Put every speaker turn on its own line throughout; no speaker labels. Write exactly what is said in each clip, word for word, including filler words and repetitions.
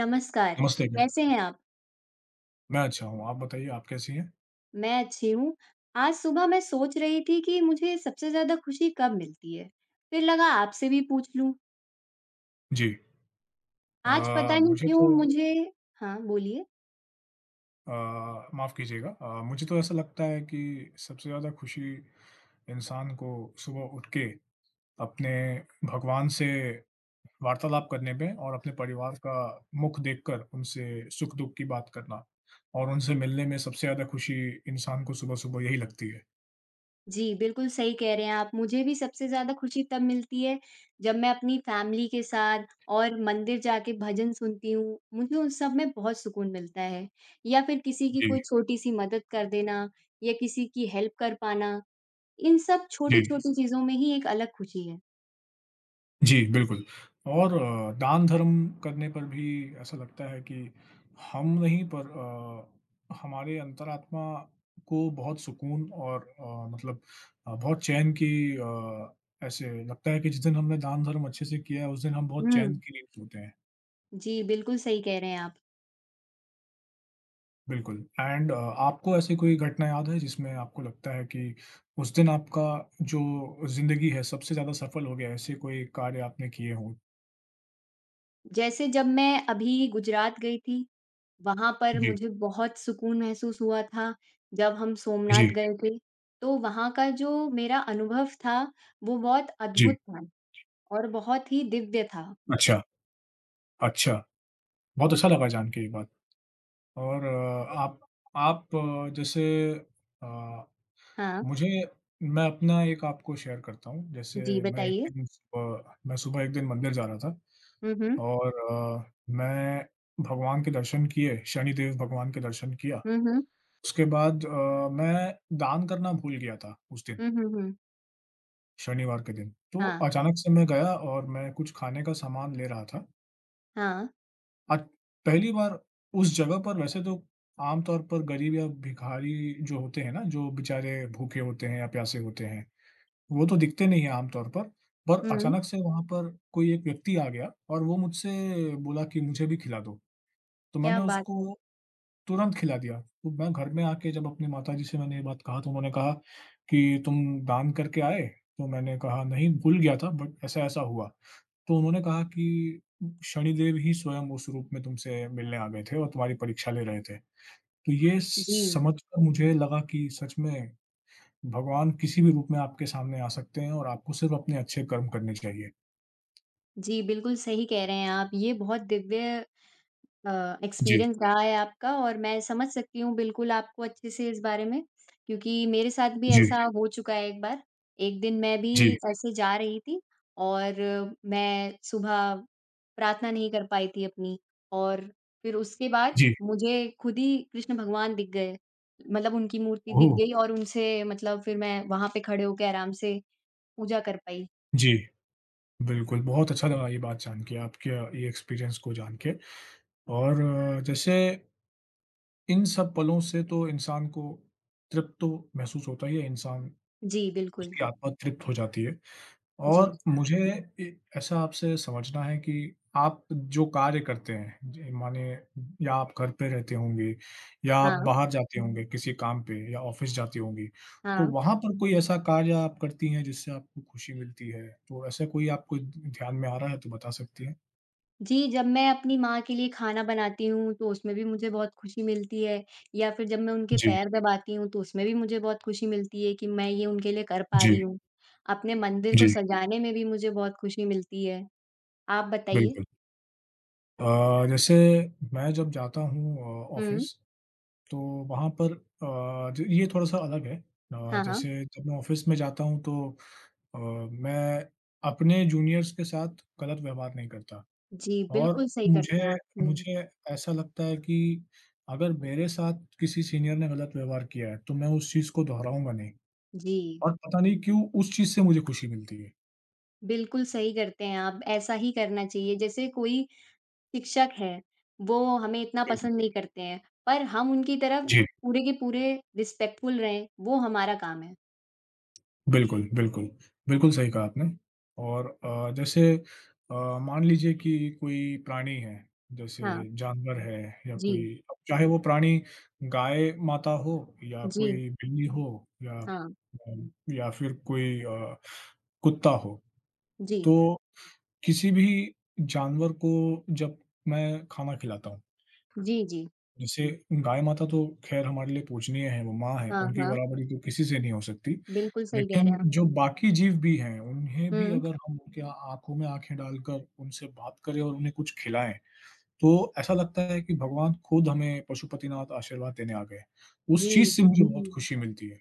नमस्कार,
नमस्ते भैया।
कैसे हैं आप?
मैं अच्छा हूँ, आप बताइए आप कैसी हैं?
मैं अच्छी हूँ। आज सुबह मैं सोच रही थी कि मुझे सबसे ज़्यादा खुशी कब मिलती है। फिर लगा आपसे भी पूछ लूँ।
जी।
आज
अ,
पता नहीं
मुझे तो
क्यों मुझे हाँ, बोलिए।
अ, माफ़ कीजिएगा अ, मुझे तो ऐसा लगता है कि सबसे ज़्यादा खुशी इंसान को सुबह उठ के अपने भगवान से वार्तालाप करने में और अपने परिवार का मुख देखकर उनसे सुख-दुःख की बात करना और उनसे मिलने में सबसे ज़्यादा खुशी इंसान को सुबह-सुबह यही लगती है।
जी, बिल्कुल सही कह रहे हैं आप। मुझे भी सबसे ज़्यादा खुशी तब मिलती है जब मैं अपनी फैमिली के साथ और मंदिर जाके भजन सुनती हूँ। मुझे उस सब में बहुत सुकून मिलता है। या फिर किसी की
जी,
कोई छोटी-सी मदद कर देना या किसी की हेल्प कर पाना, इन सब
जी।
छोटी-छोटी चीज़ों में ही एक अलग खुशी है।
जी, बिल्कुल। और अ, दान-धर्म करने पर भी ऐसा लगता है कि हम नहीं पर अ, हमारे अंतरात्मा को बहुत सुकून और अ, मतलब अ, बहुत चैन की अ, ऐसे लगता है कि जिस दिन हमने दान-धर्म अच्छे से किया है, उस दिन हम बहुत
हुँ।
चैन की नींद सोते हैं।
जी, बिल्कुल सही कह रहे हैं आप।
बिल्कुल। एंड अ, आपको ऐसी कोई घटना याद है जिसमें आपको लगता है कि उस दिन आपका जो ज़िंदगी है सबसे ज़्यादा सफल हो गया, ऐसे कोई कार्य आपने किए हों?
जैसे जब मैं अभी गुजरात गई थी, वहाँ पर
जी,
मुझे बहुत सुकून महसूस हुआ था, जब हम सोमनाथ
जी,
गए थे। तो वहाँ का जो मेरा अनुभव था, वो बहुत
जी।
अद्भुत था और बहुत ही दिव्य था।
अच्छा, अच्छा। बहुत अच्छा लगा जान के ये बात। और अ, आप आप अ, जैसे अ,
हाँ,
मुझे मैं अपना एक आपको शेयर करता हूँ। जैसे
जी
मैं
बताइए।
एक दिन सुबह मैं सुबह एक दिन मंदिर जा रहा था
हुँ, हुँ।
और अ, मैं भगवान के दर्शन किए, शनिदेव भगवान के दर्शन किया।
हुँ, हुँ।
उसके बाद अ, मैं दान करना भूल गया था उस दिन,
हुँ, हुँ, हुँ।
शनिवार के दिन। तो
हाँ,
अचानक से मैं गया और मैं कुछ खाने का सामान ले रहा था।
हाँ।
आज पहली बार उस जगह पर वैसे तो आमतौर पर गरीब या भिखारी जो होते हैं ना, जो बेचारे भूखे होते हैं या प्यासे होते हैं, वो तो दिखते नहीं है आमतौर पर। पर
हुँ,
अचानक से वहाँ पर कोई एक व्यक्ति आ गया और वो मुझसे बोला कि मुझे भी खिला दो। तो
क्या
मैंने
बात है।
उसको तुरंत खिला दिया। तो मैं घर में आके जब अपनी माताजी से मैंने ये बात कहा तो उन्होंने कहा कि, "तुम दान करके आए?" तो मैंने कहा, "नहीं, भूल गया था बट ऐसा-ऐसा हुआ।" तो उन्होंने कहा कि शनिदेव ही स्वयं उस रूप में तुमसे मिलने आ गए थे और तुम्हारी परीक्षा ले रहे थे। तो ये
जी।
समझ कर मुझे लगा कि सच में भगवान किसी भी रूप में आपके सामने आ सकते हैं और आपको सिर्फ़ अपने अच्छे कर्म करने चाहिए।
जी, बिल्कुल सही कह रहे हैं आप। ये बहुत दिव्य अ,
जी,
एक्सपीरियंस रहा है आपका और मैं समझ सकती हूँ बिल्कुल आपको अच्छे से इस बारे में, क्योंकि मेरे साथ भी
जी,
ऐसा हो चुका है एक बार। एक दिन मैं भी
जी,
ऐसे जा रही थी और मैं सुबह प्रार्थना नहीं कर पाई थी अपनी और फिर उसके बाद
जी।
मुझे खुद ही कृष्ण भगवान दिख गए। मतलब उनकी मूर्ति दिख
ओह!
गई और उनसे मतलब फिर मैं वहाँ पे खड़े होके आराम से पूजा कर पाई।
जी, बिल्कुल, बहुत अच्छा लगा ये बात जान के, आपके ये एक्सपीरियंस को जान के। और जैसे इन सब पलों से तो इंसान को तृप्त तो महसूस होता ही है, इंसान
जी, बिल्कुल।
उसकी आत्मा तृप्त हो जाती है।
जी।
और मुझे ए ऐसा आपसे समझना है कि आप जो कार्य करते हैं, ज मानिए या आप घर पे रहते होंगे या आप
हाँ,
बाहर जाते हुँ। होंगे किसी काम पे या ऑफ़िस जाती होंगी, तो
हाँ।
वहाँ पर कोई ऐसा कार्य आप करती हैं जिससे आपको खुशी मिलती है? तो ऐसा कोई आपको ध ध्यान में आ रहा है तो बता सकती हैं?
जी, जब मैं अपनी माँ के लिए खाना बनाती हूँ, तो उसमें भी मुझे बहुत खुशी मिलती है या फिर जब मैं उनके
जी,
पैर दबाती हूँ, तो उसमें भी मुझे बहुत खुशी मिलती है कि मैं ये उनके लिए कर पा रही
जी,
हूँ। अपने मंदिर को
जी,
सजाने में भी मुझे बहुत खुशी मिलती है। आप बताइए?
बिल्कुल। अ, जैसे मैं जब जाता हूँ अ,
हुँ।
ऑफ़िस, तो वहाँ पर अ, ज ये थोड़ा-सा अलग है। अ,
हाँ, हाँ।
जैसे जब मैं ऑफ़िस में जाता हूँ तो अ, मैं अपने जूनियर्स के साथ गलत व्यवहार नहीं करता।
जी,
और
बिल्कुल सही करते
मुझे
हैं आप। हुँ।
मुझे ऐसा लगता है कि अगर मेरे साथ किसी सीनियर ने गलत व्यवहार किया है, तो मैं उस चीज़ को दोहराऊँगा नहीं
जी,
और पता नहीं क्यों उस चीज़ से मुझे खुशी मिलती है।
बिल्कुल सही करते हैं आप। ऐसा ही करना चाहिए। जैसे कोई शिक्षक है, वो हमें इतना
बिल्कुल।
पसंद नहीं करते हैं, पर हम उनकी तरफ
जी।
पूरे के पूरे रिस्पेक्टफुल रहें, वो हमारा काम है।
बिल्कुल, बिल्कुल। बिल्कुल सही कहा आपने। और अ, जैसे अ, मान लीजिए कि कोई प्राणी है, जैसे
हाँ,
जानवर है या कोई,
जी,
अब चाहे वो प्राणी गाय माता हो या
जी,
कोई बिल्ली हो या
हाँ,
अ, या फिर कोई अ, कुत्ता हो,
जी,
तो किसी भी जानवर को जब मैं खाना खिलाता हूँ,
जी, जी।
जैसे गाय माता तो ख़ैर हमारे लिए पूजनीय है, वो माँ है,
हाँ,
उनकी
हाँ,
बराबरी तो किसी से नहीं हो सकती।
बिल्कुल सही कह रहे
लेकिन
हैं आप।
जो बाकी जीव भी हैं, उन्हें भी
हुँ,
अगर हम उनके आँखों में आँखें डालकर उनसे बात करें और उन्हें कुछ खिलाएँ, तो ऐसा लगता है कि भगवान खुद हमें पशुपतिनाथ आशीर्वाद देने आ गए। उस चीज़
जी,
से मुझे बहुत जी। खुशी मिलती है।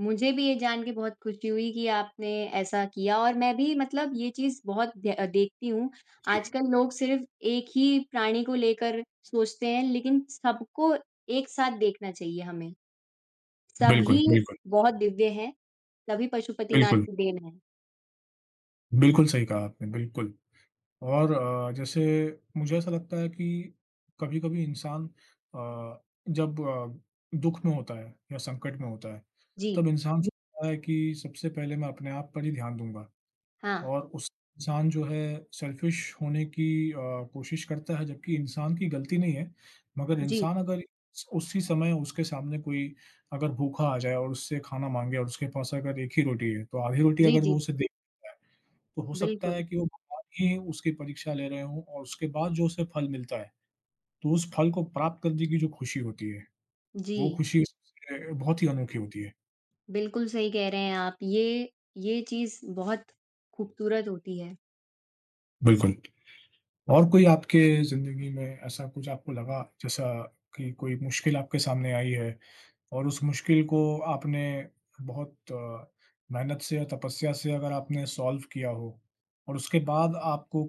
मुझे भी ये जान के बहुत खुशी हुई कि आपने ऐसा किया और मैं भी मतलब ये चीज़ बहुत द अ, देखती हूँ।
जी,
आजकल लोग सिर्फ़ एक ही प्राणी को लेकर सोचते हैं, लेकिन सबको एक साथ देखना चाहिए हमें। सभी
बिल्कुल, बिल्कुल,
बहुत दिव्य हैं, सभी पशुपतिनाथ
बिल्कुल।
की देन है।
बिल्कुल सही कहा आपने, बिल्कुल। और अ, जैसे मुझे ऐसा लगता है कि कभी-कभी इंसान अ, जब अ, दुःख में होता है या संकट में होता है,
जी,
तब इंसान जी। सोचता है कि सबसे पहले मैं अपने आप पर ही ध्यान दूँगा
हाँ,
और उस इंसान जो है सेल्फ़िश होने की अ, कोशिश करता है, जबकि इंसान की गलती नहीं है, मगर
जी,
इंसान अगर स उसी समय उसके सामने कोई अगर भूखा आ जाए और उससे खाना माँगे और उसके पास अगर एक ही रोटी है, तो आधी रोटी
जी,
अगर
जी,
वो उसे दे, तो हो सकता है
बिल्कुल,
कि वो भगवान ही उसकी परीक्षा ले रहे हों और उसके बाद जो उसे फल मिलता है, तो उस फल को प्राप्त करने की जो खुशी होती है,
जी।
वो खुशी सबसे बहुत ही अनोखी होती है।
बिल्कुल सही कह रहे हैं आप। ये ये चीज़ बहुत खूबसूरत होती है।
बिल्कुल। और कोई आपके ज़िंदगी में ऐसा कुछ आपको लगा जैसा कि कोई मुश्किल आपके सामने आई है और उस मुश्किल को आपने बहुत अ, मेहनत से या तपस्या से अगर आपने सॉल्व किया हो और उसके बाद आपको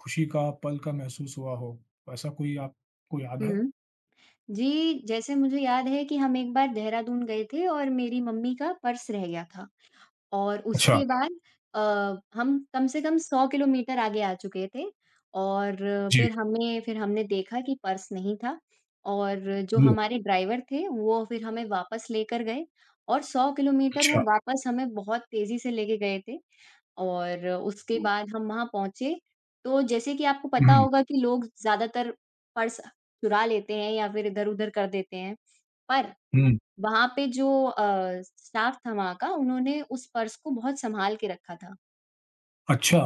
खुशी का पल का महसूस हुआ हो, ऐसा कोई आपको याद है?
हुँ। जी, जैसे मुझे याद है कि हम एक बार देहरादून गए थे और मेरी मम्मी का पर्स रह गया था और
अच्छा,
उसके बाद अ, हम कम से कम सौ किलोमीटर आगे आ चुके थे और फिर हमें फिर हमने देखा कि पर्स नहीं था और जो
जी।
हमारे ड्राइवर थे, वो फिर हमें वापस लेकर गए और सौ किलोमीटर वो
अच्छा।
वापस हमें बहुत तेज़ी से लेके गए थे और उसके
हुँ,
बाद हम वहाँ पहुँचे, तो जैसे कि आपको पता
हुँ,
होगा कि लोग ज़्यादातर पर्स चुरा लेते हैं या फिर इधर-उधर कर देते हैं। पर
हुँ,
वहाँ पे जो अ, स्टाफ था वहाँ का, उन्होंने उस पर्स को बहुत सँभाल के रखा था।
अच्छा।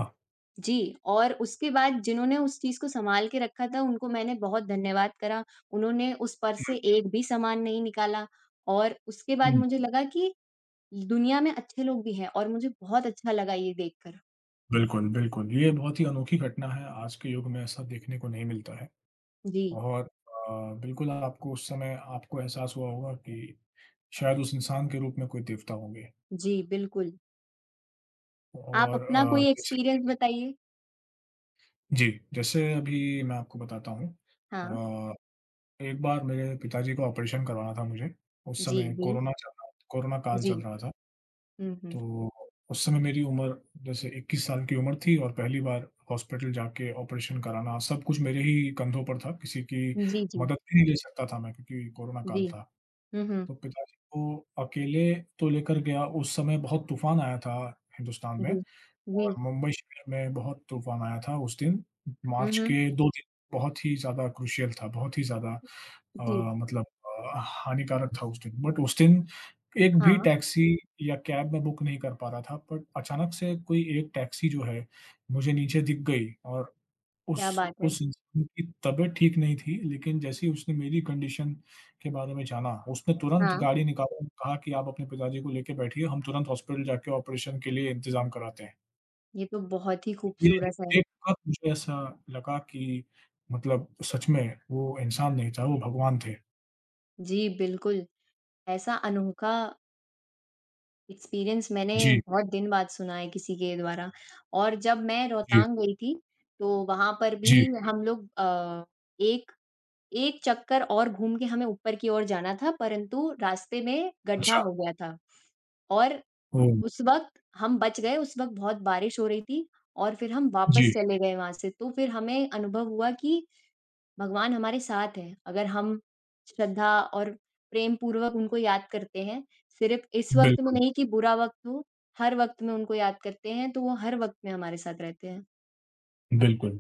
जी, और उसके बाद जिन्होंने उस चीज़ को सँभाल के रखा था, उनको मैंने बहुत धन्यवाद करा। उन्होंने उस पर्स से
हुँ,
एक भी सामान नहीं निकाला और उसके बाद
हुँ,
मुझे लगा कि दुनिया में अच्छे लोग भी हैं और मुझे बहुत अच्छा लगा ये देखकर।
बिल्कुल, बिल्कुल। ये बहुत ही अनोखी घटना है, आज के युग में ऐसा देखने को नहीं मिलता है।
जी,
और अ, बिल्कुल आपको उस समय आपको एहसास हुआ होगा कि शायद उस इंसान के रूप में कोई देवता होंगे।
जी, बिल्कुल। आप
और
अपना
अ,
कोई
जैसे
एक्सपीरियंस बताइए?
जी, जैसे अभी मैं आपको बताता हूँ।
हाँ,
अ, एक बार मेरे पिताजी का ऑपरेशन करवाना था मुझे, उस
जी,
समय
जी।
कोरोना चल रहा, कोरोना काल चल
जी।
रहा था।
हुँ, हुँ।
तो उस समय मेरी उम्र जैसे इक्कीस साल की उम्र थी और पहली बार हॉस्पिटल जाके ऑपरेशन कराना, सब कुछ मेरे ही कंधों पर था, किसी की
जी, जी,
मदद भी नहीं ले सकता था मैं क्योंकि कोरोना काल
जी।
था।
हुँ, हुँ।
तो पिताजी को अकेले तो लेकर गया, उस समय बहुत तूफ़ान आया था हिंदुस्तान में।
जी,
और
जी।
मुंबई शहर में बहुत तूफ़ान आया था उस दिन।
हुँ,
मार्च
हुँ।
के दो दिन बहुत ही ज़्यादा क्रूशियल था, बहुत ही ज़्यादा अ,
जी,
मतलब अ, हानिकारक था उस दिन। बट उस दिन एक भी
हाँ,
टैक्सी या कैब मैं बुक नहीं कर पा रहा था, बट अचानक से कोई एक टैक्सी जो है, मुझे नीचे दिख गई और उस
क्या बात है।
उस इंसान की तबीयत ठीक नहीं थी, लेकिन जैसे ही उसने मेरी कंडीशन के बारे में जाना, उसने तुरंत
हाँ,
गाड़ी निकाली और कहा कि, "आप अपने पिताजी को लेके बैठिए, हम तुरंत हॉस्पिटल जाके ऑपरेशन के लिए इंतज़ाम कराते हैं।"
ये तो बहुत ही
ये
खूबसूरत है।
देखकर मुझे ऐसा लगा कि मतलब सच में वो इंसान नहीं था, वो भगवान थे।
जी, बिल्कुल, ऐसा अनोखा एक्सपीरियंस मैंने
जी,
बहुत दिन बाद सुना है किसी के द्वारा और जब मैं
जी,
रोहतांग गई थी, तो वहाँ पर
जी।
भी हम लोग अ, एक एक चक्कर और घूम के हमें ऊपर की ओर जाना था, परंतु रास्ते में गड्ढा
अच्छा,
हो गया था और
ओह!
उस वक़्त हम बच गए, उस वक़्त बहुत बारिश हो रही थी और फिर हम वापस
जी,
चले गए वहाँ से। तो फिर हमें अनुभव हुआ कि भगवान हमारे साथ हैं। अगर हम श्रद्धा और प्रेम पूर्वक उनको याद करते हैं, सिर्फ़ इस वक़्त में
बिल्कुल,
नहीं कि बुरा वक़्त हो, हर वक़्त में उनको याद करते हैं, तो वो हर वक़्त में हमारे साथ रहते हैं।
बिल्कुल।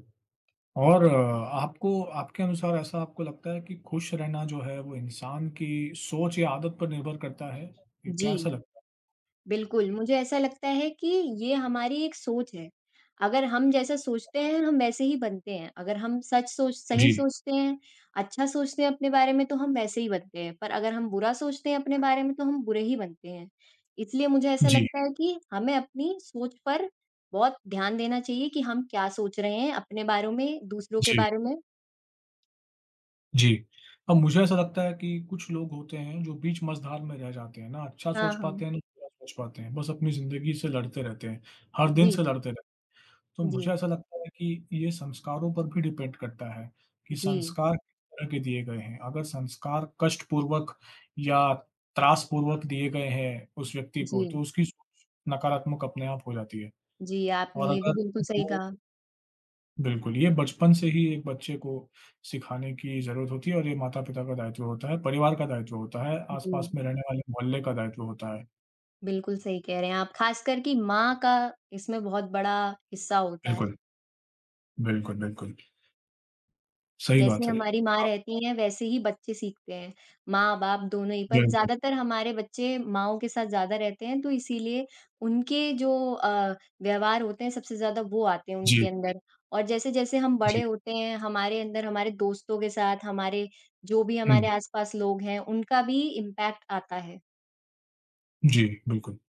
और आपको आपके अनुसार ऐसा आपको लगता है कि खुश रहना जो है वो इंसान की सोच या आदत पर निर्भर करता है?
जी।
क्या ऐसा लगता
बिल्कुल, मुझे ऐसा लगता है कि ये हमारी एक सोच है। अगर हम जैसा सोचते हैं, हम वैसे ही बनते हैं। अगर हम सच सोच
है?
सही
जी,
सोचते हैं, अच्छा सोचते हैं अपने बारे में, तो हम वैसे ही बनते हैं। पर अगर हम बुरा सोचते हैं अपने बारे में, तो हम बुरे ही बनते हैं। इसलिए मुझे ऐसा
जी,
लगता है कि हमें अपनी सोच पर बहुत ध्यान देना चाहिए कि हम क्या सोच रहे हैं अपने बारे में, दूसरों के
जी।
बारे में।
जी। अब मुझे ऐसा लगता है कि कुछ लोग होते हैं जो बीच मझधार में रह जाते हैं ना, अच्छा
हाँ,
सोच
हाँ।
पाते हैं ना बुरा सोच पाते हैं, बस अपनी ज़िंदगी से लड़ते रहते हैं, हर दिन
जी,
से लड़ते रहते हैं। तो मुझे
जी,
ऐसा लगता है कि ये संस्कारों पर भी डिपेंड करता है कि
जी,
संस्कार किस तरह के दिए गए हैं। अगर संस्कार कष्टपूर्वक या त्रासपूर्वक दिए गए हैं उस व्यक्ति को,
जी,
तो उसकी सोच नकारात्मक अपने आप हो जाती है।
जी, आपने
और
ये भी
अगर
बिल्कुल सही
वो,
कहा।
बिल्कुल, ये बचपन से ही एक बच्चे को सिखाने की ज़रूरत होती है और ये माता-पिता का दायित्व होता है, परिवार का दायित्व होता है, आस-पास
जी।
में रहने वाले मोहल्ले का दायित्व होता है।
बिल्कुल सही कह रहे हैं आप, ख़ासकर कि माँ का इसमें बहुत बड़ा हिस्सा होता है।
बिल्कुल, बिल्कुल, बिल्कुल, सही
जैसे
बात है।
हमारी माँ
हाँ,
रहती हैं, वैसे ही बच्चे सीखते हैं, माँ-बाप दोनों ही। पर
बिल्कुल।
ज़्यादातर हमारे बच्चे माँओं के साथ ज़्यादा रहते हैं, तो इसीलिए उनके जो अ, व्यवहार होते हैं, सबसे ज़्यादा वो आते हैं
जी,
उनके अंदर। और जैसे-जैसे हम
जी।
बड़े होते हैं, हमारे अंदर हमारे दोस्तों के साथ, हमारे जो भी हमारे
हुँ,
आस-पास लोग हैं, उनका भी इम्पैक्ट आता है।
जी, बिल्कुल,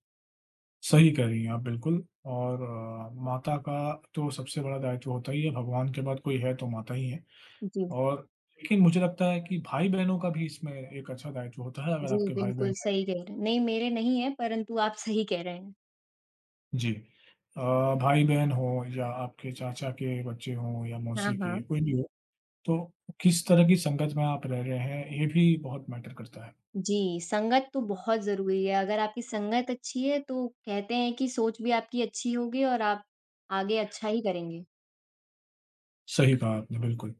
सही कह रही हैं आप बिल्कुल। और अ, माता का तो सबसे बड़ा दायित्व होता ही है, भगवान के बाद कोई है तो माता ही है
जी,
और लेकिन मुझे लगता है कि भाई-बहनों का भी इसमें एक अच्छा दायित्व होता है, अगर
जी,
आपके
बिल्कुल
भाई-बहन
सही कह रहे हैं। नहीं, मेरे नहीं है, परंतु आप सही कह रहे हैं।
जी। अ, भाई-बहन हों या आपके चाचा के बच्चे हों या
हाँ,
मौसी के,
हाँ।
कोई भी हो, तो किस तरह की संगत में आप रह रहे हैं, ये भी बहुत मैटर करता है।
जी, संगत तो बहुत ज़रूरी है, अगर आपकी संगत अच्छी है तो कहते हैं कि सोच भी आपकी अच्छी होगी और आप आगे अच्छा ही करेंगे।
सही कहा आपने, बिल्कुल।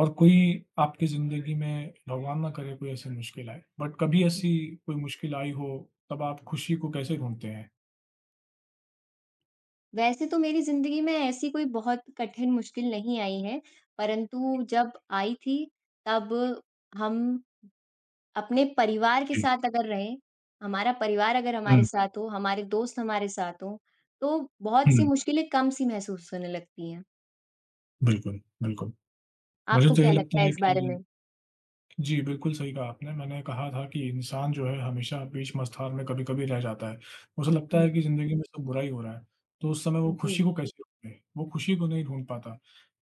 और कोई आपकी ज़िंदगी में भगवान ना करे कोई ऐसी मुश्किल आए, बट कभी ऐसी कोई मुश्किल आई हो, तब आप खुशी को कैसे ढूँढते हैं?
वैसे तो मेरी ज़िंदगी में ऐसी कोई बहुत कठिन मुश्किल नहीं आई है, परंतु जब आई थी तब हम अपने परिवार के
जी।
साथ अगर रहें, हमारा परिवार अगर हमारे
हुँ,
साथ हो, हमारे दोस्त हमारे साथ हों, तो बहुत-सी
हुँ।
मुश्किलें कम-सी महसूस होने लगती हैं।
बिल्कुल, बिल्कुल। मुझे
आपको
तो यही
क्या लगता
लगता
है
है
इस बारे
कि
में?
जी, बिल्कुल सही कहा आपने। मैंने कहा था कि इंसान जो है हमेशा बीच मझधार में कभी-कभी रह जाता है। उसे लगता है
हुँ,
कि ज़िंदगी में सब बुरा ही हो रहा है, तो उस समय वो
जी।
खुशी को कैसे ढूँढे? वो खुशी को नहीं ढूँढ पाता।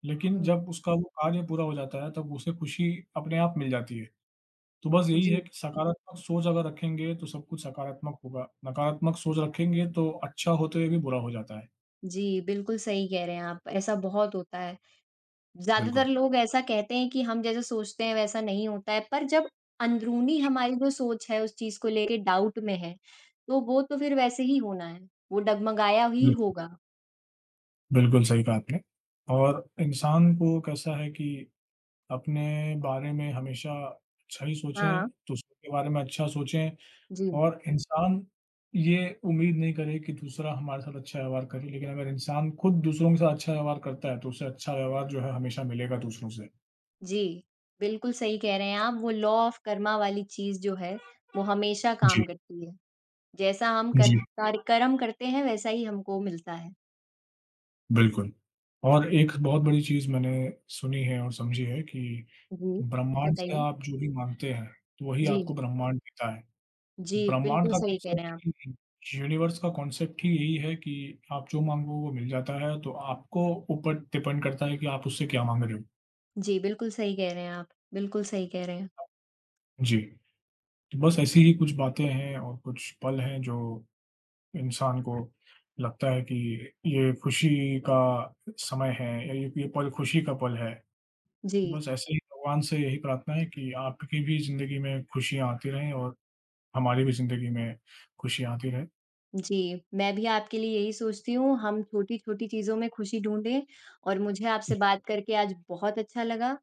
लेकिन
हुँ,
जब उसका वो कार्य पूरा हो जाता है, तब उसे खुशी अपने आप मिल जाती है। तो बस यही है
जी।
कि सकारात्मक सोच अगर रखेंगे, तो सब कुछ सकारात्मक होगा। नकारात्मक सोच रखेंगे, तो अच्छा होते हुए भी बुरा हो जाता है।
जी, बिल्कुल सही कह रहे हैं आप, ऐसा बहुत होता है। ज़्यादातर
बिल्कुल,
लोग ऐसा कहते हैं कि हम जैसा सोचते हैं वैसा नहीं होता है, पर जब अंदरूनी हमारी जो सोच है उस चीज़ को लेके डाउट में है, तो वो तो फिर वैसे ही होना है, वो डगमगाया ही
बिल्कुल,
होगा।
बिल्कुल सही कहा आपने। और इंसान को कैसा है कि अपने बारे में हमेशा अच्छा ही सोचें,
हाँ,
दूसरों के बारे में अच्छा सोचें
जी।
और इंसान ये उम्मीद नहीं करे कि दूसरा हमारे साथ अच्छा व्यवहार करे, लेकिन अगर इंसान खुद दूसरों के साथ अच्छा व्यवहार करता है, तो उसे अच्छा व्यवहार जो है हमेशा मिलेगा दूसरों से।
जी, बिल्कुल सही कह रहे हैं आप, वो लॉ ऑफ कर्मा वाली चीज़ जो है, वो हमेशा
जी,
काम करती है। जैसा हम कर
जी,
कार्य कर्म करते हैं वैसा ही हमको मिलता है।
बिल्कुल। और एक बहुत बड़ी चीज़ मैंने सुनी है और समझी है कि
जी,
ब्रह्मांड से
बताइए?
आप जो भी माँगते हैं, तो वही
जी,
आपको ब्रह्मांड देता है।
जी,
ब्रह्मांड
बिल्कुल
का
सही कह रहे
कॉन्सेप्ट
हैं आप।
ही यूनिवर्स का कॉन्सेप्ट ही यही है कि आप जो माँगो वो मिल जाता है, तो आपको ऊपर डिपेंड करता है कि आप उससे क्या माँग रहे हो?
जी, बिल्कुल सही कह रहे हैं आप, बिल्कुल सही कह रहे हैं।
जी, तो बस ऐसी ही कुछ बातें हैं और कुछ पल हैं जो इंसान को लगता है कि ये खुशी का समय है या ये ये पल खुशी का पल है। तो
जी,
बस ऐसे ही भगवान से यही प्रार्थना है कि आपकी भी ज़िंदगी में खुशियाँ आती रहें और हमारी भी ज़िंदगी में खुशियाँ आती रहें।
जी, मैं भी आपके लिए यही सोचती हूँ, हम छोटी-छोटी चीज़ों में खुशी ढूँढें और मुझे आपसे
जी,
बात करके आज बहुत अच्छा लगा।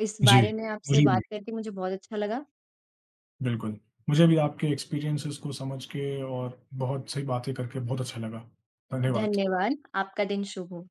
इस
जी,
बारे में आपसे
मुझे भी।
बात करके मुझे बहुत अच्छा लगा।
बिल्कुल। मुझे भी आपके एक्सपीरियंसेस को समझ के और बहुत सही बातें करके बहुत अच्छा लगा। धन्यवाद। आप
धन्यवाद, आपका दिन शुभ हो।